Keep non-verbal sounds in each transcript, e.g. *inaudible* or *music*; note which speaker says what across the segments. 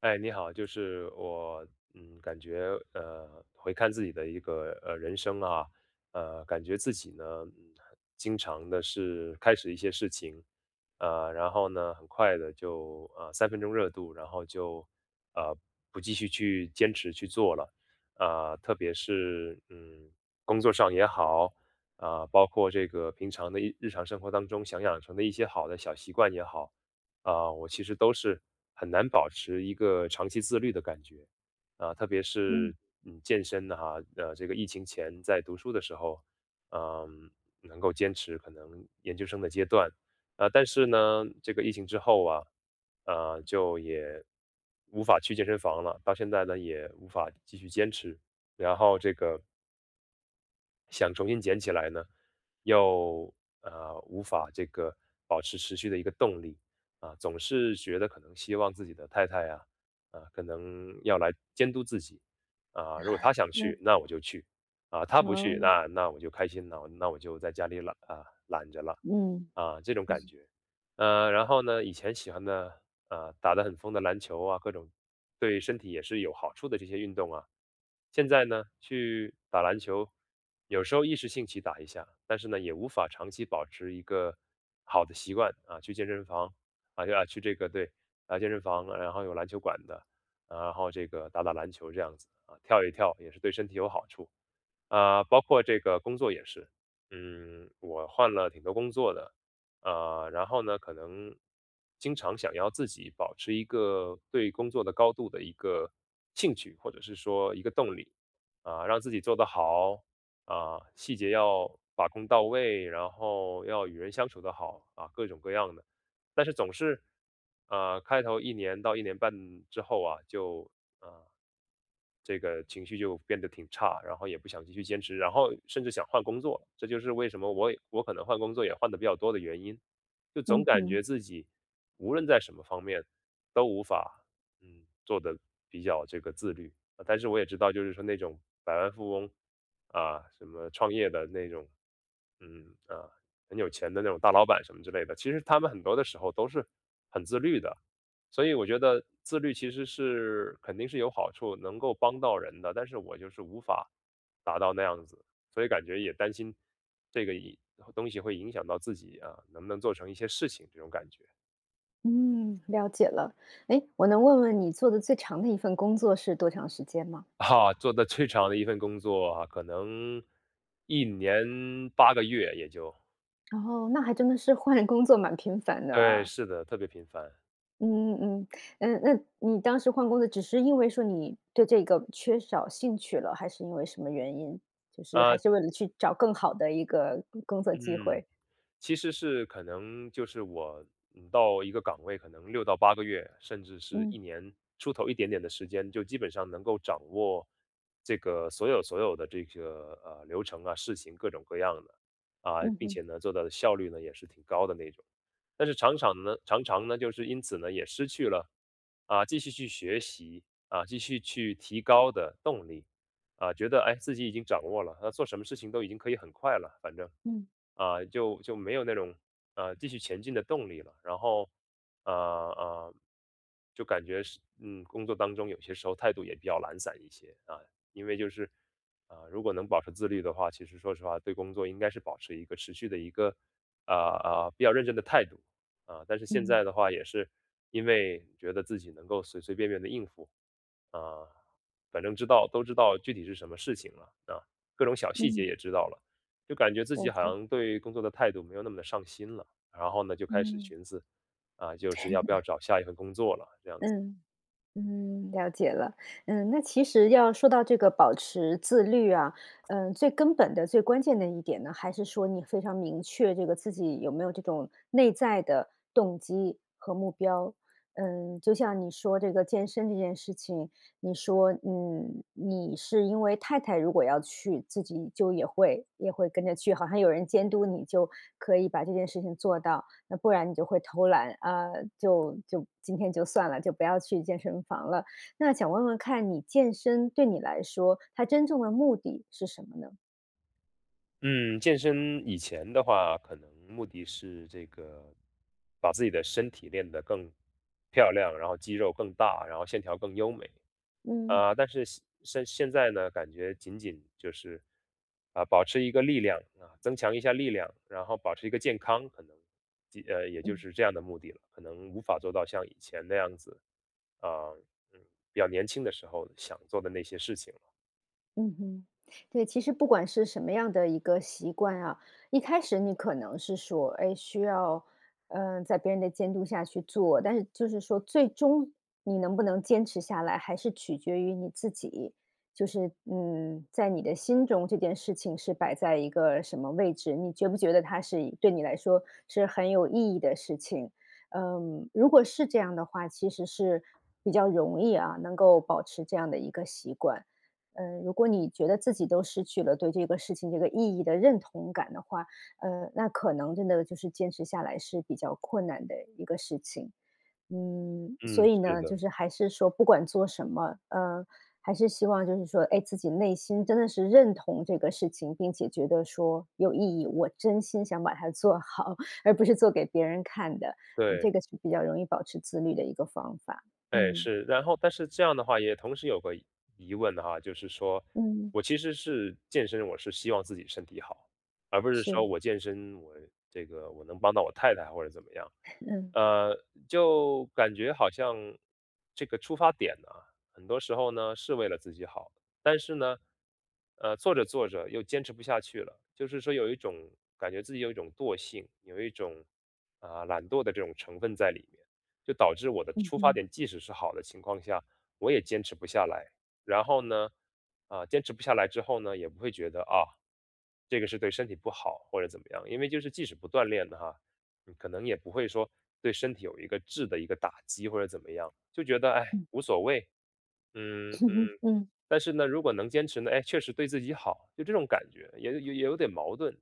Speaker 1: 哎，你好，就是我，感觉回看自己的一个人生啊，感觉自己呢，经常的是开始一些事情，然后呢，很快的就三分钟热度，然后就呃不继续去坚持去做了，特别是工作上也好，啊，包括这个平常的一日常生活当中想养成的一些好的小习惯也好。啊，我其实都是很难保持一个长期自律的感觉，啊，特别
Speaker 2: 嗯，
Speaker 1: 是健身的哈，这个疫情前在读书的时候，嗯，能够坚持可能研究生的阶段，啊，但是呢，这个疫情之后啊，就也无法去健身房了，到现在呢也无法继续坚持，然后这个想重新捡起来呢，又无法这个保持持续的一个动力啊，总是觉得可能希望自己的太太啊，可能要来监督自己啊，如果她想去，
Speaker 2: 嗯，
Speaker 1: 那我就去啊，她不去，
Speaker 2: 哦，
Speaker 1: 那我就开心了，那我就在家里懒啊懒着了
Speaker 2: 嗯，
Speaker 1: 啊，这种感觉。然后呢，以前喜欢的打得很疯的篮球啊，各种对身体也是有好处的这些运动啊。现在呢，去打篮球，有时候一时兴起打一下，但是呢，也无法长期保持一个好的习惯啊。去健身房啊，就去这个对健身房，然后有篮球馆的，啊然后这个打打篮球这样子啊，跳一跳也是对身体有好处。啊，包括这个工作也是，我换了挺多工作的，啊，然后呢，可能经常想要自己保持一个对工作的高度的一个兴趣，或者是说一个动力，啊，让自己做得好，啊，细节要把控到位，然后要与人相处得好，啊，各种各样的，但是总是，啊，开头一年到一年半之后啊，就这个情绪就变得挺差，然后也不想继续坚持，然后甚至想换工作，这就是为什么我可能换工作也换的比较多的原因，就总
Speaker 2: 嗯
Speaker 1: 感
Speaker 2: 哼，
Speaker 1: 觉自己无论在什么方面都无法做的比较这个自律啊。但是我也知道，就是说那种百万富翁啊，什么创业的那种，嗯啊，很有钱的那种大老板什么之类的，其实他们很多的时候都是很自律的。所以我觉得自律其实是肯定是有好处，能够帮到人的，但是我就是无法达到那样子，所以感觉也担心这个一东西会影响到自己啊，能不能做成一些事情这种感觉
Speaker 2: 嗯，了解了。哎，我能问问你做的最长的一份工作是多长时间吗？
Speaker 1: 啊。做的最长的一份工作啊，可能一年八个月也就
Speaker 2: 哦，那还真的是换工作蛮频繁的
Speaker 1: 对，
Speaker 2: 啊。
Speaker 1: 是的，特别频繁。
Speaker 2: 嗯嗯嗯，嗯，那你当时换工作只是因为说你对这个缺少兴趣了，还是因为什么原因？就是还
Speaker 1: 呃，
Speaker 2: 是为了去找更好的一个工作机
Speaker 1: 嗯。
Speaker 2: 会？
Speaker 1: 其实是可能就是我，到一个岗位可能六到八个月，甚至是一
Speaker 2: 嗯，
Speaker 1: 年出头一点点的时间，就基本上能够掌握这个所有的这个，流程啊，事情各种各样的，啊，
Speaker 2: 嗯
Speaker 1: 并
Speaker 2: 哼，
Speaker 1: 且呢，做到的效率呢也是挺高的那种。但是常常呢，就是因此呢也失去了，啊，继续去学习，啊，继续去提高的动力。啊，觉得哎自己已经掌握了，那做什么事情都已经可以很快了，反正
Speaker 2: 嗯，
Speaker 1: 啊就没有那种继续前进的动力了。然后啊啊，就感觉是工作当中有些时候态度也比较懒散一些啊，因为就是啊，如果能保持自律的话，其实说实话对工作应该是保持一个持续的一个啊、比较认真的态度啊，但是现
Speaker 2: 嗯，
Speaker 1: 在的话也是因为觉得自己能够随随便便的应付啊。反正知道都知道具体是什么事情了，啊，各种小细节
Speaker 2: 嗯，
Speaker 1: 也知道了，就感觉自
Speaker 2: 了
Speaker 1: 己好
Speaker 2: 解，
Speaker 1: 像对工作的态度没有那么的上心了。然后呢，就开始
Speaker 2: 嗯，
Speaker 1: 寻思，啊，就是要不要找下一份工作了，这样
Speaker 2: 嗯。嗯，了解了。嗯，那其实要说到这个保持自律啊，最根本的、最关键的一点呢，还是说你非常明确这个自己有没有这种内在的动机和目标。嗯，就像你说这个健身这件事情，你说，你是因为太太如果要去，自己就也会跟着去，好像有人监督你就可以把这件事情做到。那不然你就会偷懒啊，就今天就算了，就不要去健身房了。那想问问看你健身对你来说，它真正的目的是什么呢？
Speaker 1: 嗯，健身以前的话，可能目的是这个把自己的身体练得更漂亮，然后肌肉更大，然后线条更优美。
Speaker 2: 嗯。
Speaker 1: 啊，但是现在呢，感觉仅仅就是，啊，保持一个力量啊，增强一下力量，然后保持一个健康，可能，也就
Speaker 2: 嗯。
Speaker 1: 是这样的目的了，可能无法做到像以前那样子，啊，嗯，比较年轻的时候想做的那些事情了。
Speaker 2: 嗯哼，对，其实不管是什么样的一个习惯啊，一开始你可能是说，哎，需要，在别人的监督下去做，但是就是说，最终你能不能坚持下来，还是取决于你自己。就是，在你的心中这件事情是摆在一个什么位置，你觉不觉得它是对你来说是很有意义的事情？嗯，如果是这样的话，其实是比较容易啊，能够保持这样的一个习惯。如果你觉得自己都失去了对这个事情这个意义的认同感的话，那可能真的就是坚持下来是比较困难的一个事情。嗯，所
Speaker 1: 嗯，
Speaker 2: 以
Speaker 1: 是
Speaker 2: 呢，
Speaker 1: 的，
Speaker 2: 就是还是说不管做什么，还是希望就是说，哎，自己内心真的是认同这个事情，并且觉得说有意义，我真心想把它做好，而不是做给别人看的。这
Speaker 1: 对。
Speaker 2: 个是比较容易保持自律的一个方法。
Speaker 1: 哎，
Speaker 2: 嗯
Speaker 1: 是，然后但是这样的话也同时有个疑问哈，就是说
Speaker 2: 嗯，
Speaker 1: 我其实是健身，我是希望自己身体好，而不是
Speaker 2: 是，
Speaker 1: 说我健身我这个我能帮到我太太或者怎么样，
Speaker 2: 嗯
Speaker 1: 呃，就感觉好像这个出发点呢，很多时候呢是为了自己好，但是呢，做着做着又坚持不下去了，就是说有一种感觉自己有一种惰性，有一种啊，懒惰的这种成分在里面。就导致我的
Speaker 2: 嗯嗯
Speaker 1: 出发
Speaker 2: 嗯。
Speaker 1: 点即使是好的情况下，我也坚持不下来。然后呢，啊，坚持不下来之后呢，也不会觉得啊，这个是对身体不好或者怎么样，因为就是即使不锻炼的哈，可能也不会说对身体有一个质的一个打击或者怎么样，就觉得哎无所谓，嗯嗯。
Speaker 2: *laughs* 嗯
Speaker 1: 但是呢，如果能坚持呢，哎，确实对自己好，就这种感觉，也有点矛盾。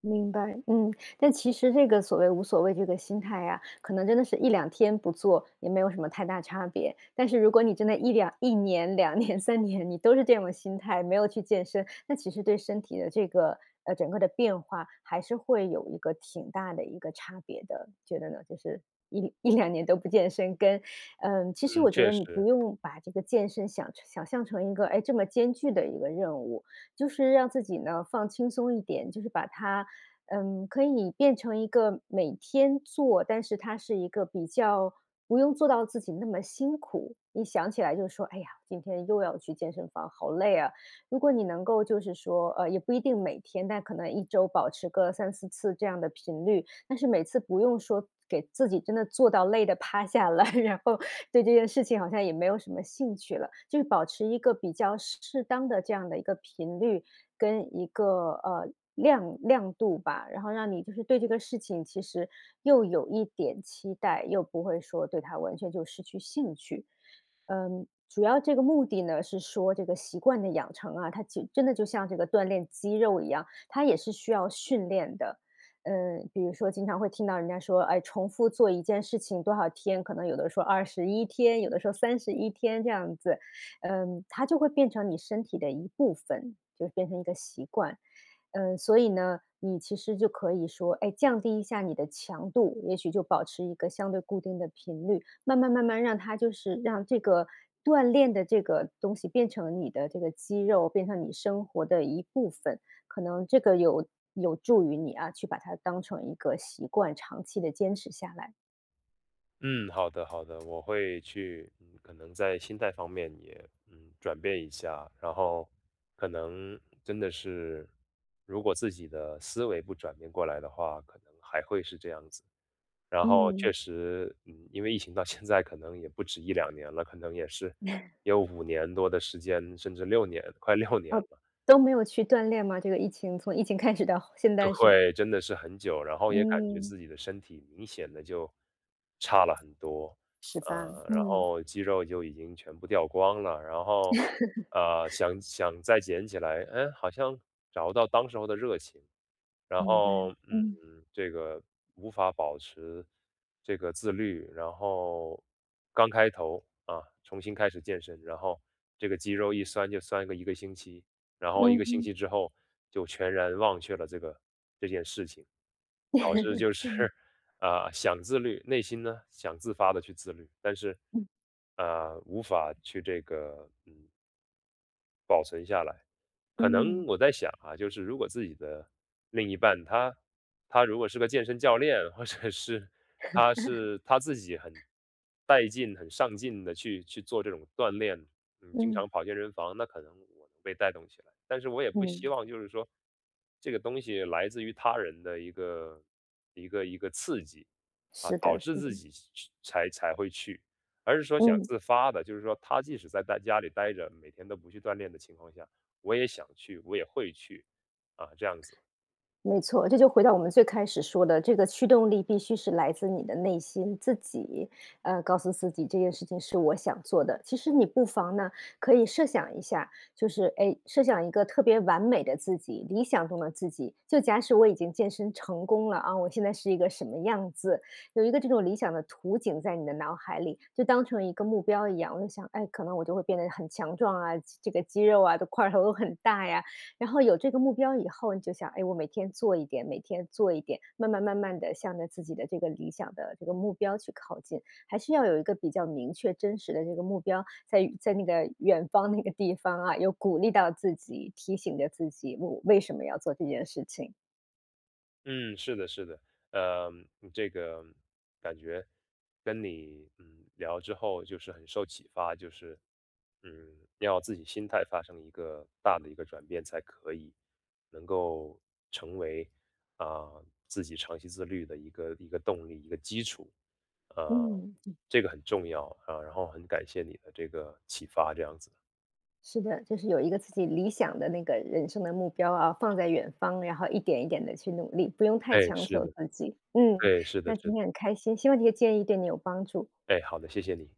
Speaker 2: 明白，但其实这个所谓无所谓这个心态呀，可能真的是一两天不做也没有什么太大差别。但是如果你真的一年、两年、3年，你都是这种心态，没有去健身，那其实对身体的这个整个的变化还是会有一个挺大的一个差别的，觉得呢？就是一两年都不健身跟其实
Speaker 1: 嗯，
Speaker 2: 我觉得
Speaker 1: 确
Speaker 2: 你不
Speaker 1: 实。
Speaker 2: 用把这个健身想象成一个，哎，这么艰巨的一个任务，就是让自己呢，放轻松一点，就是把它可以变成一个每天做，但是它是一个比较不用做到自己那么辛苦。一想起来就说：“哎呀，今天又要去健身房，好累啊。”如果你能够就是说，也不一定每天，但可能一周保持个三四次这样的频率，但是每次不用说给自己真的做到累的趴下来，*laughs* 然后对这件事情好像也没有什么兴趣了，就是保持一个比较适当的这样的一个频率，跟一个亮度吧，然后让你就是对这个事情其实又有一点期待，又不会说对它完全就失去兴趣。嗯，主要这个目的呢是说这个习惯的养成啊，它就真的就像这个锻炼肌肉一样，它也是需要训练的。嗯，比如说经常会听到人家说，哎，重复做一件事情多少天，可能有的说21天，有的说31天这样子。嗯，它就会变成你身体的一部分，就是变成一个习惯。嗯，所以呢，你其实就可以说，哎，降低一下你的强度，也许就保持一个相对固定的频率，慢慢慢慢让它就是让这个锻炼的这个东西变成你的这个肌肉，变成你生活的一部分。可能这个有助于你啊，去把它当成一个习惯，长期的坚持下来。
Speaker 1: 嗯，好的好的，我会去，可能在心态方面也，转变一下，然后可能真的是，如果自己的思维不转变过来的话，可能还会是这样子。然后确
Speaker 2: 嗯，
Speaker 1: 实，因为疫情到现在可能也不止一两年了，可能也是有五年多的时间，甚至六年，快六年
Speaker 2: 哦，
Speaker 1: 了。
Speaker 2: 都没有去锻炼吗？这个疫情从疫情开始到现
Speaker 1: 就
Speaker 2: 在是
Speaker 1: 会真的是很久，然后也感觉自
Speaker 2: 嗯，
Speaker 1: 己的身体明显的就差了很多，
Speaker 2: 是吧？
Speaker 1: 然
Speaker 2: 嗯，
Speaker 1: 后肌肉就已经全部掉光了，然后，想想再捡起来，哎，好像找不到当时候的热情。然
Speaker 2: 明白。
Speaker 1: 后，
Speaker 2: 嗯，
Speaker 1: 这个无法保持这个自律，然后刚开头啊，重新开始健身，然后这个肌肉一酸就酸个一个星期，然后一个星
Speaker 2: 嗯
Speaker 1: 期之后就全然忘却了这件事情，导致就是
Speaker 2: 嗯
Speaker 1: *laughs* 啊，想自律，内心呢想自发的去自律，但是
Speaker 2: *laughs*，嗯，
Speaker 1: 啊，无法去这个保存下来。可能
Speaker 2: 嗯，
Speaker 1: 我在想啊，就是如果自己的另一半，他如果是个健身教练，或者是他自己很带劲、很上进的去做这种锻炼，经常
Speaker 2: 嗯，
Speaker 1: 跑健身房，那可能我能被带动起来。但是我也不希
Speaker 2: 嗯，
Speaker 1: 望就是说这个东西来自于他人的一个刺激啊，
Speaker 2: 是
Speaker 1: 导
Speaker 2: 的，
Speaker 1: 致
Speaker 2: 是的，
Speaker 1: 自己去才会去，而是说想
Speaker 2: 嗯。
Speaker 1: 自发的，就是说他即使在家里待着，每天都不去锻炼的情况下。我也想去，我也会去，啊，这样子。
Speaker 2: 没错，这就回到我们最开始说的，这个驱动力必须是来自你的内心，自己，告诉自己这件事情是我想做的。其实你不妨呢，可以设想一下，就是哎，设想一个特别完美的自己，理想中的自己。就假使我已经健身成功了啊，我现在是一个什么样子？有一个这种理想的图景在你的脑海里，就当成一个目标一样。我就想，哎，可能我就会变得很强壮啊，这个肌肉啊，的块头都很大呀，然后有这个目标以后，你就想，哎，我每天做一点，每天做一点，慢慢慢慢的向着自己的这个理想的这个目标去靠近，还是要有一个比较明确真实的这个目标，在那个远方那个地方啊，有鼓励到自己，提醒着自己，我为什么要做这件事情。
Speaker 1: 嗯，是的，是的，呃，这个感觉跟你聊之后就是很受启发，就是要自己心态发生一个大的一个转变才可以，能够成为啊，自己长期自律的一个动力一个基础，啊，
Speaker 2: 嗯，
Speaker 1: 这个很重要啊，然后很感谢你的这个启发，这样子。
Speaker 2: 是的，就是有一个自己理想的那个人生的目标啊，放在远方，然后一点一点的去努力，不用太
Speaker 1: 哎，
Speaker 2: 强
Speaker 1: 是
Speaker 2: 求
Speaker 1: 的，
Speaker 2: 自己。嗯，
Speaker 1: 对，是的，
Speaker 2: 那
Speaker 1: 是
Speaker 2: 今
Speaker 1: 的，
Speaker 2: 天很开心，希望这些建议对你有帮助。
Speaker 1: 哎，好的，谢谢你。